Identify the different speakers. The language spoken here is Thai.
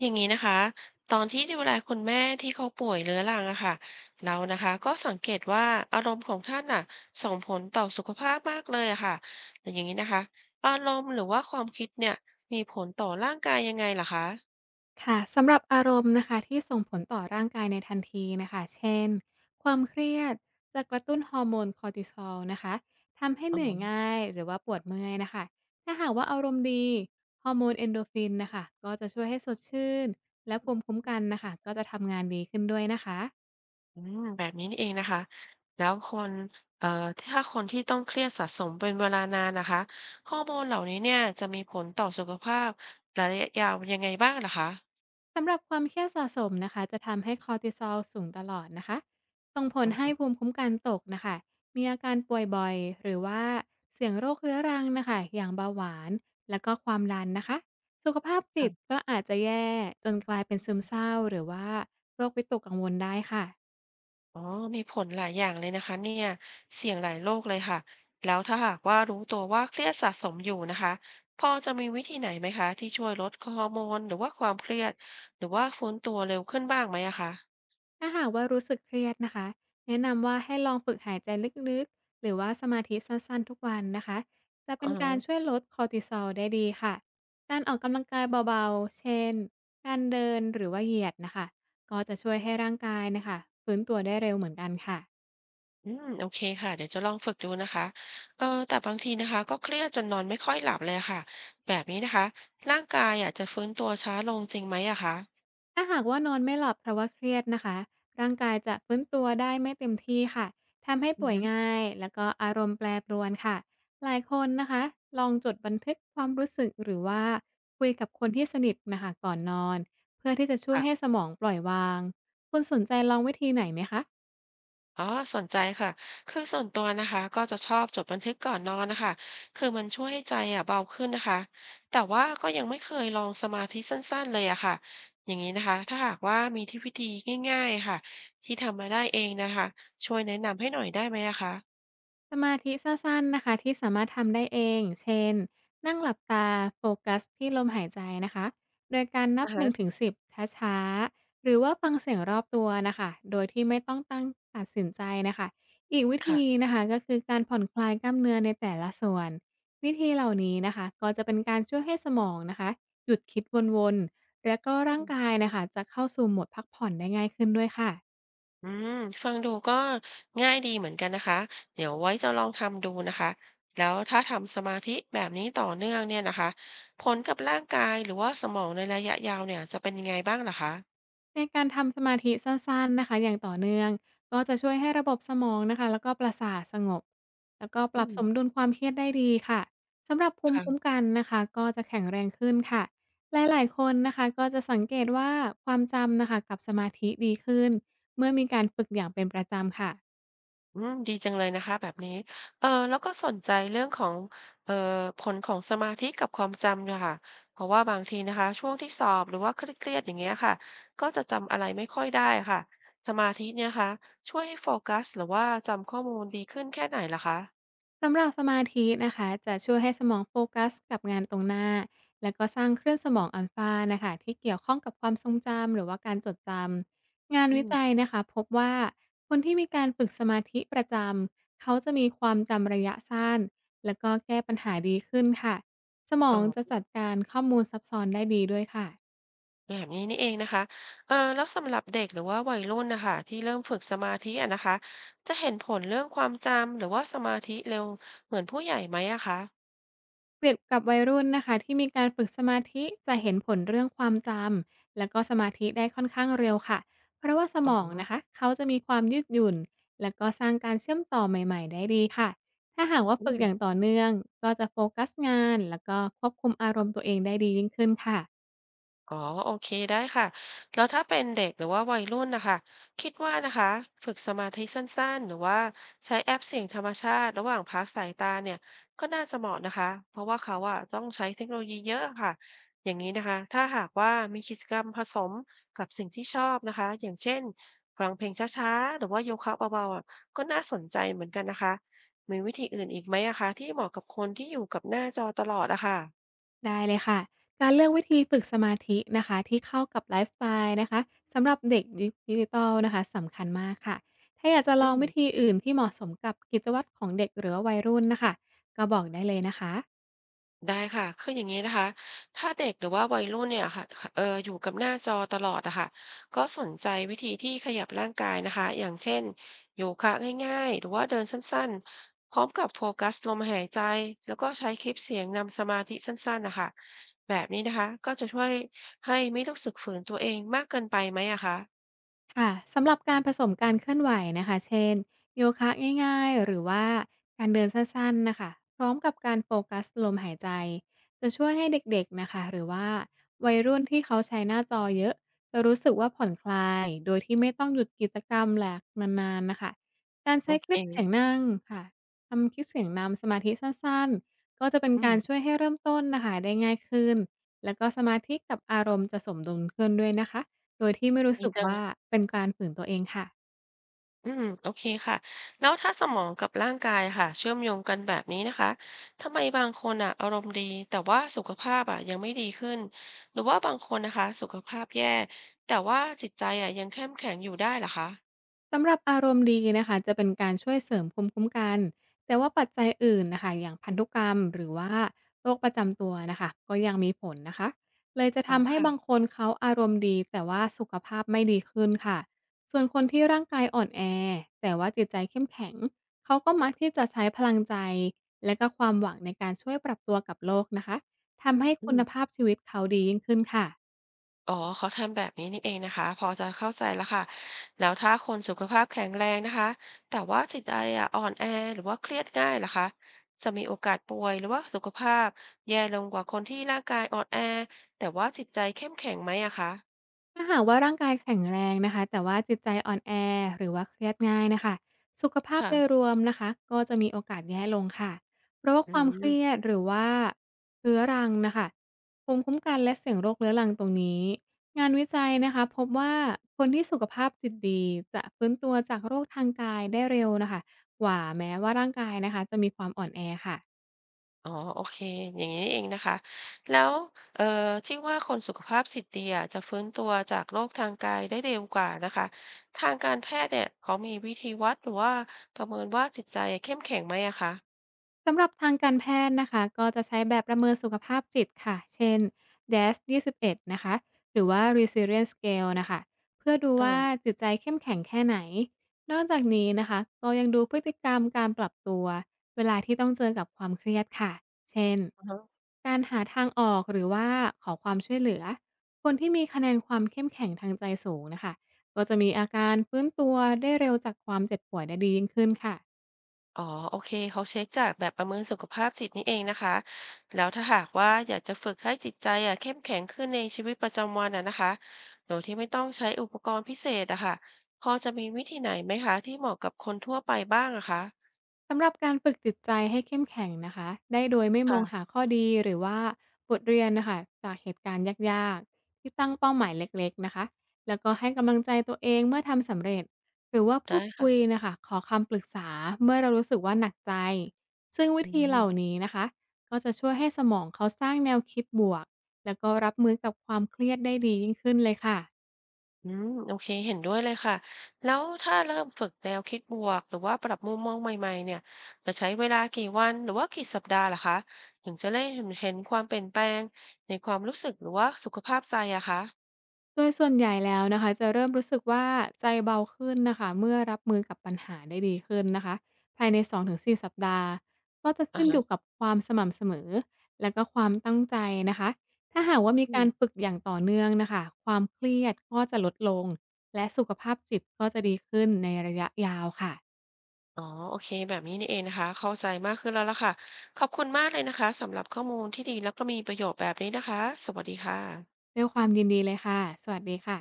Speaker 1: อย่างนี้นะคะตอนที่ดูแลคุณแม่ที่เขาป่วยเรื้อรังอะค่ะเรานะคะก็สังเกตว่าอารมณ์ของท่านอะส่งผลต่อสุขภาพมากเลยอะค่ะแต่อย่างนี้นะคะอารมณ์หรือว่าความคิดเนี่ยมีผลต่อร่างกายยังไงล่ะคะ
Speaker 2: ค่ะสำหรับอารมณ์นะคะที่ส่งผลต่อร่างกายในทันทีนะคะเช่นความเครียดจะกระตุ้นฮอร์โมนคอร์ติซอลนะคะทำให้
Speaker 1: อ๋อ
Speaker 2: เหนื่อยง่ายหรือว่าปวดเมื่อยนะคะถ้าหากว่าอารมณ์ดีฮอร์โมนเอนโดรฟินนะคะก็จะช่วยให้สดชื่นและภูมิคุ้มกันนะคะก็จะทำงานดีขึ้นด้วยนะคะ
Speaker 1: อืมแบบนี้นี่เองนะคะแล้วคนเอ่อถ้าคนที่ต้องเครียดสะสมเป็นเวลานานนะคะฮอร์โมนเหล่านี้เนี่ยจะมีผลต่อสุขภาพระยะยาวยังไงบ้างล่ะคะ
Speaker 2: สำหรับความเครียดสะสมนะคะจะทำให้คอร์ติซอลสูงตลอดนะคะส่งผ
Speaker 1: อ๋
Speaker 2: ลให้
Speaker 1: อ
Speaker 2: ภูมิคุ้มกันตกนะคะมีอาการป่วยบ่อยหรือว่าเสี่ยงโรคเรื้อรังนะคะอย่างเบาหวานแล้วก็ความดันนะคะสุขภาพจิตก็อาจจะแย่จนกลายเป็นซึมเศร้าหรือว่าโรควิตกกังวลได้ค่ะ
Speaker 1: อ๋อ มีผลหลายอย่างเลยนะคะเนี่ยเสี่ยงหลายโรคเลยค่ะแล้วถ้าหากว่ารู้ตัวว่าเครียดสะสมอยู่นะคะพอจะมีวิธีไหนไหมคะที่ช่วยลดฮอร์โมนหรือว่าความเครียดหรือว่าฟื้นตัวเร็วขึ้นบ้างไหมอะคะ
Speaker 2: ถ้าหากว่ารู้สึกเครียดนะคะแนะนำว่าให้ลองฝึกหายใจลึกๆหรือว่าสมาธิสั้นๆทุกวันนะคะจะเป็
Speaker 1: อ๋อ
Speaker 2: นการช่วยลดคอร์ติซอลได้ดีค่ะการออกกำลังกายเบาๆเช่นการเดินหรือว่าเหยียดนะคะก็จะช่วยให้ร่างกายนะคะฟื้นตัวได้เร็วเหมือนกันค่ะ
Speaker 1: อืมโอเคค่ะเดี๋ยวจะลองฝึกดูนะคะเออแต่บางทีนะคะก็เครียดจนนอนไม่ค่อยหลับเลยอะค่ะแบบนี้นะคะร่างกายอาจจะฟื้นตัวช้าลงจริงไหมอะคะ
Speaker 2: ถ้าหากว่านอนไม่หลับเพราะว่าเครียดนะคะร่างกายจะฟื้นตัวได้ไม่เต็มที่ค่ะทำให้
Speaker 1: อือ
Speaker 2: ป่วย
Speaker 1: ฮึ
Speaker 2: ง่ายแล้วก็อารมณ์แปรปรวนค่ะหลายคนนะคะลองจดบันทึกความรู้สึกหรือว่าคุยกับคนที่สนิทนะคะก่อนนอนเพื่อที่จะช่วยให้
Speaker 1: ค่ะ
Speaker 2: สมองปล่อยวางคุณสนใจลองวิธีไหนไหมคะ
Speaker 1: อ๋อสนใจค่ะคือส่วนตัวนะคะก็จะชอบจดบันทึกก่อนนอนนะคะคือมันช่วยให้ใจอ่ะเบาขึ้นนะคะแต่ว่าก็ยังไม่เคยลองสมาธิสั้นๆเลยอะค่ะอย่างนี้นะคะถ้าหากว่ามีที่วิธีง่ายๆค่ะที่ทำมาได้เองนะคะช่วยแนะนำให้หน่อยได้ไหมอะคะ
Speaker 2: สมาธิสั้นๆนะคะที่สามารถทำได้เอง เช่น นั่งหลับตาโฟกัสที่ลมหายใจนะคะ โดยการนับ
Speaker 1: อ่ะฮะ
Speaker 2: 1-10ช้าๆหรือว่าฟังเสียงรอบตัวนะคะ โดยที่ไม่ต้องตั้งตัดสินใจนะคะ อีกวิธี
Speaker 1: ค่ะ
Speaker 2: นะคะก็คือการผ่อนคลายกล้ามเนื้อในแต่ละส่วน วิธีเหล่านี้นะคะก็จะเป็นการช่วยให้สมองนะคะหยุดคิดวนๆ แล้วก็ร่างกายนะคะจะเข้าสู่โหมดพักผ่อนได้ง่ายขึ้นด้วยค่ะ
Speaker 1: อืมฟังดูก็ง่ายดีเหมือนกันนะคะเดี๋ยวไว้จะลองทำดูนะคะแล้วถ้าทำสมาธิแบบนี้ต่อเนื่องเนี่ยนะคะผลกับร่างกายหรือว่าสมองในระยะยาวเนี่ยจะเป็นยังไงบ้างล่ะคะ
Speaker 2: ในการทำสมาธิสั้นๆนะคะอย่างต่อเนื่องก็จะช่วยให้ระบบสมองนะคะแล้วก็ประสาทสงบแล้วก็ป
Speaker 1: อื
Speaker 2: รับ
Speaker 1: ม
Speaker 2: สมดุลความเครียดได้ดีค่ะสำหรับภูมิคุ้ม
Speaker 1: ค่ะ
Speaker 2: กันนะคะก็จะแข็งแรงขึ้นค่ะหลายๆคนนะคะก็จะสังเกตว่าความจำนะคะกับสมาธิดีขึ้นเมื่อมีการฝึกอย่างเป็นประจำค่ะ
Speaker 1: อืมดีจังเลยนะคะแบบนี้เออแล้วก็สนใจเรื่องของเอ่อผลของสมาธิกับความจำเนียค่ะเพราะว่าบางทีนะคะช่วงที่สอบหรือว่าเครียดๆอย่างเงี้ยค่ะก็จะจำอะไรไม่ค่อยได้ค่ะสมาธิเนี่ยนะคะช่วยให้โฟกัสหรือว่าจำข้อมูลดีขึ้นแค่ไหนล่ะคะ
Speaker 2: สำหรับสมาธินะคะจะช่วยให้สมองโฟกัสกับงานตรงหน้าแล้วก็สร้างเครื่องสมองอัลฟานะคะที่เกี่ยวข้องกับความทรงจำหรือว่าการจดจำงาน
Speaker 1: อื
Speaker 2: วิจัย
Speaker 1: ม
Speaker 2: นะคะพบว่าคนที่มีการฝึกสมาธิประจำเขาจะมีความจำระยะสั้นแล้วก็แก้ปัญหาดีขึ้นค่ะสมอ
Speaker 1: อ๋
Speaker 2: งจะ
Speaker 1: อ
Speaker 2: จัดการข้อมูลซับซ้อนได้ดีด้วยค่ะ
Speaker 1: แบบนี้นี่เองนะคะเออแล้วสำหรับเด็กหรือว่าวัยรุ่นนะคะที่เริ่มฝึกสมาธิอะนะคะ จะเห็นผลเรื่องความจำหรือว่าสมาธิเร็วเหมือนผู้ใหญ่ไหมอะคะ
Speaker 2: เปรียบกับวัยรุ่นนะคะที่มีการฝึกสมาธิจะเห็นผลเรื่องความจำและก็สมาธิได้ค่อนข้างเร็วค่ะเพราะว่าส
Speaker 1: อ๋
Speaker 2: ม
Speaker 1: อ
Speaker 2: องนะคะเขาจะมีความยืดหยุ่นและก็สร้างการเชื่อมต่อใหม่ๆได้ดีค่ะถ้าหากว่า
Speaker 1: อื
Speaker 2: ฝึกอย่าง
Speaker 1: ม
Speaker 2: ต่อเนื่องก็จะโฟกัสงานแล้วก็ควบคุมอารมณ์ตัวเองได้ดียิ่งขึ้นค่ะ
Speaker 1: อ๋อโอเคได้ค่ะแล้วถ้าเป็นเด็กหรือว่าวัยรุ่นนะคะคิดว่านะคะฝึกสมาธิสั้นๆหรือว่าใช้แอปเสียงธรรมชาติระหว่างพักสายตาเนี่ยก็น่าจะเหมาะนะคะเพราะว่าเขาอะต้องใช้เทคโนโลยีเยอะค่ะอย่างนี้นะคะถ้าหากว่ามีกิจกรรมผสมกับสิ่งที่ชอบนะคะอย่างเช่นฟังเพลงช้าๆหรือว่าโยคะเบาๆอะก็น่าสนใจเหมือนกันนะคะมีวิธีอื่นอีกไหมอะคะที่เหมาะกับคนที่อยู่กับหน้าจอตลอดอะค่ะ
Speaker 2: ได้เลยค่ะการเลือกวิธีฝึกสมาธินะคะที่เข้ากับไลฟ์สไตล์นะคะสำหรับเด็กยุคดิจิทัลนะคะสำคัญมากค่ะถ้าอยากจะ
Speaker 1: อื
Speaker 2: ลองวิ
Speaker 1: ม
Speaker 2: ธีอื่นที่เหมาะสมกับกิจวัตรของเด็กหรือว่าวัยรุ่นนะคะก็บอกได้เลยนะคะ
Speaker 1: ได้ค่ะคืออย่างนี้นะคะถ้าเด็กหรือว่าวัยรุ่นเนี่ยค่ะเอออยู่กับหน้าจอตลอดอะค่ะก็สนใจวิธีที่ขยับร่างกายนะคะอย่างเช่นโยคะง่ายๆหรือว่าเดินสั้นๆพร้อมกับโฟกัสลมหายใจแล้วก็ใช้คลิปเสียงนำสมาธิสั้นๆนะคะแบบนี้นะคะก็จะช่วยให้ไม่ต้องสึกฝืนตัวเองมากเกินไปไหมอะคะ
Speaker 2: ค่ะสำหรับการผสมการเคลื่อนไหวนะคะเช่นโยคะง่ายๆหรือว่าการเดินสั้นๆนะคะพร้อมกับการโฟกัสลมหายใจจะช่วยให้เด็กๆนะคะหรือว่าวัยรุ่นที่เขาใช้หน้าจอเยอะจะรู้สึกว่าผ่อนคลายโดยที่ไม่ต้องหยุดกิจกรรมแหลกนานๆนะคะการ
Speaker 1: โอ
Speaker 2: ใช้ค
Speaker 1: เค
Speaker 2: ลิปเสียงนั่งค่ะทำคลิปเสียงนำสมาธิสั้นๆก็จะเป็น
Speaker 1: อื
Speaker 2: การ
Speaker 1: ม
Speaker 2: ช่วยให้เริ่มต้นนะคะได้ง่ายขึ้นแล้วก็สมาธิกับอารมณ์จะสมดุลขึ้นด้วยนะคะ โดยที่ไม่รู้
Speaker 1: ดี
Speaker 2: สึก
Speaker 1: จัง
Speaker 2: ว่าเป็นการฝืนตัวเองค่ะ
Speaker 1: อืมโอเคค่ะแล้วถ้าสมองกับร่างกายค่ะเชื่อมโยงกันแบบนี้นะคะทำไมบางคนอ่ะอารมณ์ดีแต่ว่าสุขภาพอ่ะยังไม่ดีขึ้นหรือว่าบางคนนะคะสุขภาพแย่แต่ว่าจิตใจอ่ะยังเข้มแข็งอยู่ได้เหรอคะ
Speaker 2: สำหรับอารมณ์ดีนะคะจะเป็นการช่วยเสริมภูมิคุ้มกันแต่ว่าปัจจัยอื่นนะคะอย่างพันธุกรรมหรือว่าโรคประจำตัวนะคะก็ยังมีผลนะคะเลยจะ
Speaker 1: อ๋อ
Speaker 2: ทำให้บาง
Speaker 1: ค่ะ
Speaker 2: คนเขาอารมณ์ดีแต่ว่าสุขภาพไม่ดีขึ้นค่ะส่วนคนที่ร่างกายอ่อนแอแต่ว่าจิตใจเข้มแข็งเขาก็มักที่จะใช้พลังใจและก็ความหวังในการช่วยปรับตัวกับโลกนะคะทำให้
Speaker 1: อื
Speaker 2: คุณ
Speaker 1: ม
Speaker 2: ภาพชีวิตเขาดียิ่งขึ้นค่ะ
Speaker 1: อ๋อเขาทำแบบนี้นี่เองนะคะพอจะเข้าใจแล้วค่ะแล้วถ้าคนสุขภาพแข็งแรงนะคะแต่ว่าจิตใจอะอ่อนแอหรือว่าเครียดง่ายนะคะจะมีโอกาสป่วยหรือว่าสุขภาพแย่ลงกว่าคนที่ร่างกายอ่อนแอแต่ว่าจิตใจเข้มแข็งไหมอะคะ
Speaker 2: ถ้าหากว่าร่างกายแข็งแรงนะคะแต่ว่าจิตใจอ่อนแอหรือว่าเครียดง่ายนะคะสุขภาพโดย
Speaker 1: ค่ะ
Speaker 2: รวมนะคะก็จะมีโอกาสแย่ลงค่ะเพราะว่า
Speaker 1: อื
Speaker 2: ความเครีย
Speaker 1: ม
Speaker 2: ดหรือว่าเรื้อรังนะคะภูมิคุ้มกันและเสี่ยงโรคเรื้อรังตรงนี้งานวิจัยนะคะพบว่าคนที่สุขภาพจิตดีจะฟื้นตัวจากโรคทางกายได้เร็วนะคะกว่าแม้ว่าร่างกายนะคะจะมีความอ่อนแอค่ะ
Speaker 1: อ๋อ โอเค อย่างนี้นี่เองนะคะ แล้วเอ่อที่ว่าคนสุขภาพจิตดีอะจะฟื้นตัวจากโรคทางกายได้เร็วกว่านะคะทางการแพทย์เนี่ยเขามีวิธีวัดหรือว่าประเมินว่าจิตใจเข้มแข็งไหมอะคะ
Speaker 2: สำหรับทางการแพทย์นะคะก็จะใช้แบบประเมินสุขภาพจิตค่ะเช่นดีเอเอสยี่สิบเอ21นะคะหรือว่า Resilience Scale นะคะเพื่อดูว่า
Speaker 1: อ่า
Speaker 2: จิตใจเข้มแข็งแค่ไหนนอกจากนี้นะคะก็ยังดูพฤติกรรมการปรับตัวเวลาที่ต้องเจอกับความเครียดค่ะเช่น
Speaker 1: อ่าฮะ
Speaker 2: การหาทางออกหรือว่าขอความช่วยเหลือคนที่มีคะแนนความเข้มแข็งทางใจสูงนะคะก็จะมีอาการฟื้นตัวได้เร็วจากความเจ็บป่วยได้ดียิ่งขึ้นค่ะ
Speaker 1: อ๋อโอเคเขาเช็คจากแบบประเมินสุขภาพจิตนี่เองนะคะ แล้วถ้าหากว่าอยากจะฝึกให้จิตใจอ่ะเข้มแข็งขึ้นในชีวิตประจำวันอ่ะนะคะโดยที่ไม่ต้องใช้อุปกรณ์พิเศษอะค่ะพอจะมีวิธีไหนไหมคะที่เหมาะกับคนทั่วไปบ้างอะคะ
Speaker 2: สำหรับการฝึกจิตใจให้เข้มแข็งนะคะได้โดยไม่มองหา
Speaker 1: ค่ะ
Speaker 2: ข้อดีหรือว่าบทเรียนนะคะจากเหตุการณ์ยากๆที่ตั้งเป้าหมายเล็กๆนะคะแล้วก็ให้กำลังใจตัวเองเมื่อทำสำเร็จหรือว่าพู
Speaker 1: ได้
Speaker 2: ด
Speaker 1: ค่ะ
Speaker 2: คุยนะคะขอคำปรึกษาเมื่อเรารู้สึกว่าหนักใจซึ่งวิ
Speaker 1: อื
Speaker 2: ธีเหล่า
Speaker 1: ม
Speaker 2: นี้นะคะก็จะช่วยให้สมองเขาสร้างแนวคิดบวกแล้วก็รับมือกับความเครียดได้ดียิ่งขึ้นเลยค่ะ
Speaker 1: อืมโอเคเห็นด้วยเลยค่ะแล้วถ้าเริ่มฝึกแนวคิดบวกหรือว่าปรับมุมมองใหม่ๆเนี่ยจะใช้เวลากี่วันหรือว่ากี่สัปดาห์ล่ะคะถึงจะได้เห็นเห็นความเปลี่ยนแปลงในความรู้สึกหรือว่าสุขภาพใจอะคะ
Speaker 2: โดยส่วนใหญ่แล้วนะคะจะเริ่มรู้สึกว่าใจเบาขึ้นนะคะเมื่อรับมือกับปัญหาได้ดีขึ้นนะคะภายใน2-4สสัปดาห์ก็จะ
Speaker 1: อะ
Speaker 2: ขึ้นอ
Speaker 1: ฮะ
Speaker 2: ยู่กับความสม่ำเสมอและก็ความตั้งใจนะคะถ้าหากว่ามี
Speaker 1: อืม
Speaker 2: การฝึกอย่างต่อเนื่องนะคะความเครียดก็จะลดลงและสุขภาพจิตก็จะดีขึ้นในระยะยาวค่ะ
Speaker 1: อ๋อ โอเค แบบนี้นี่เองนะคะ เข้าใจมากขึ้นแล้วล่ะค่ะ ขอบคุณมากเลยนะคะสำหรับข้อมูลที่ดีแล้วก็มีประโยชน์แบบนี้นะคะ สวัสดีค่ะ
Speaker 2: ด้วยความยินดีเลยค่ะสวัสดีค่ะ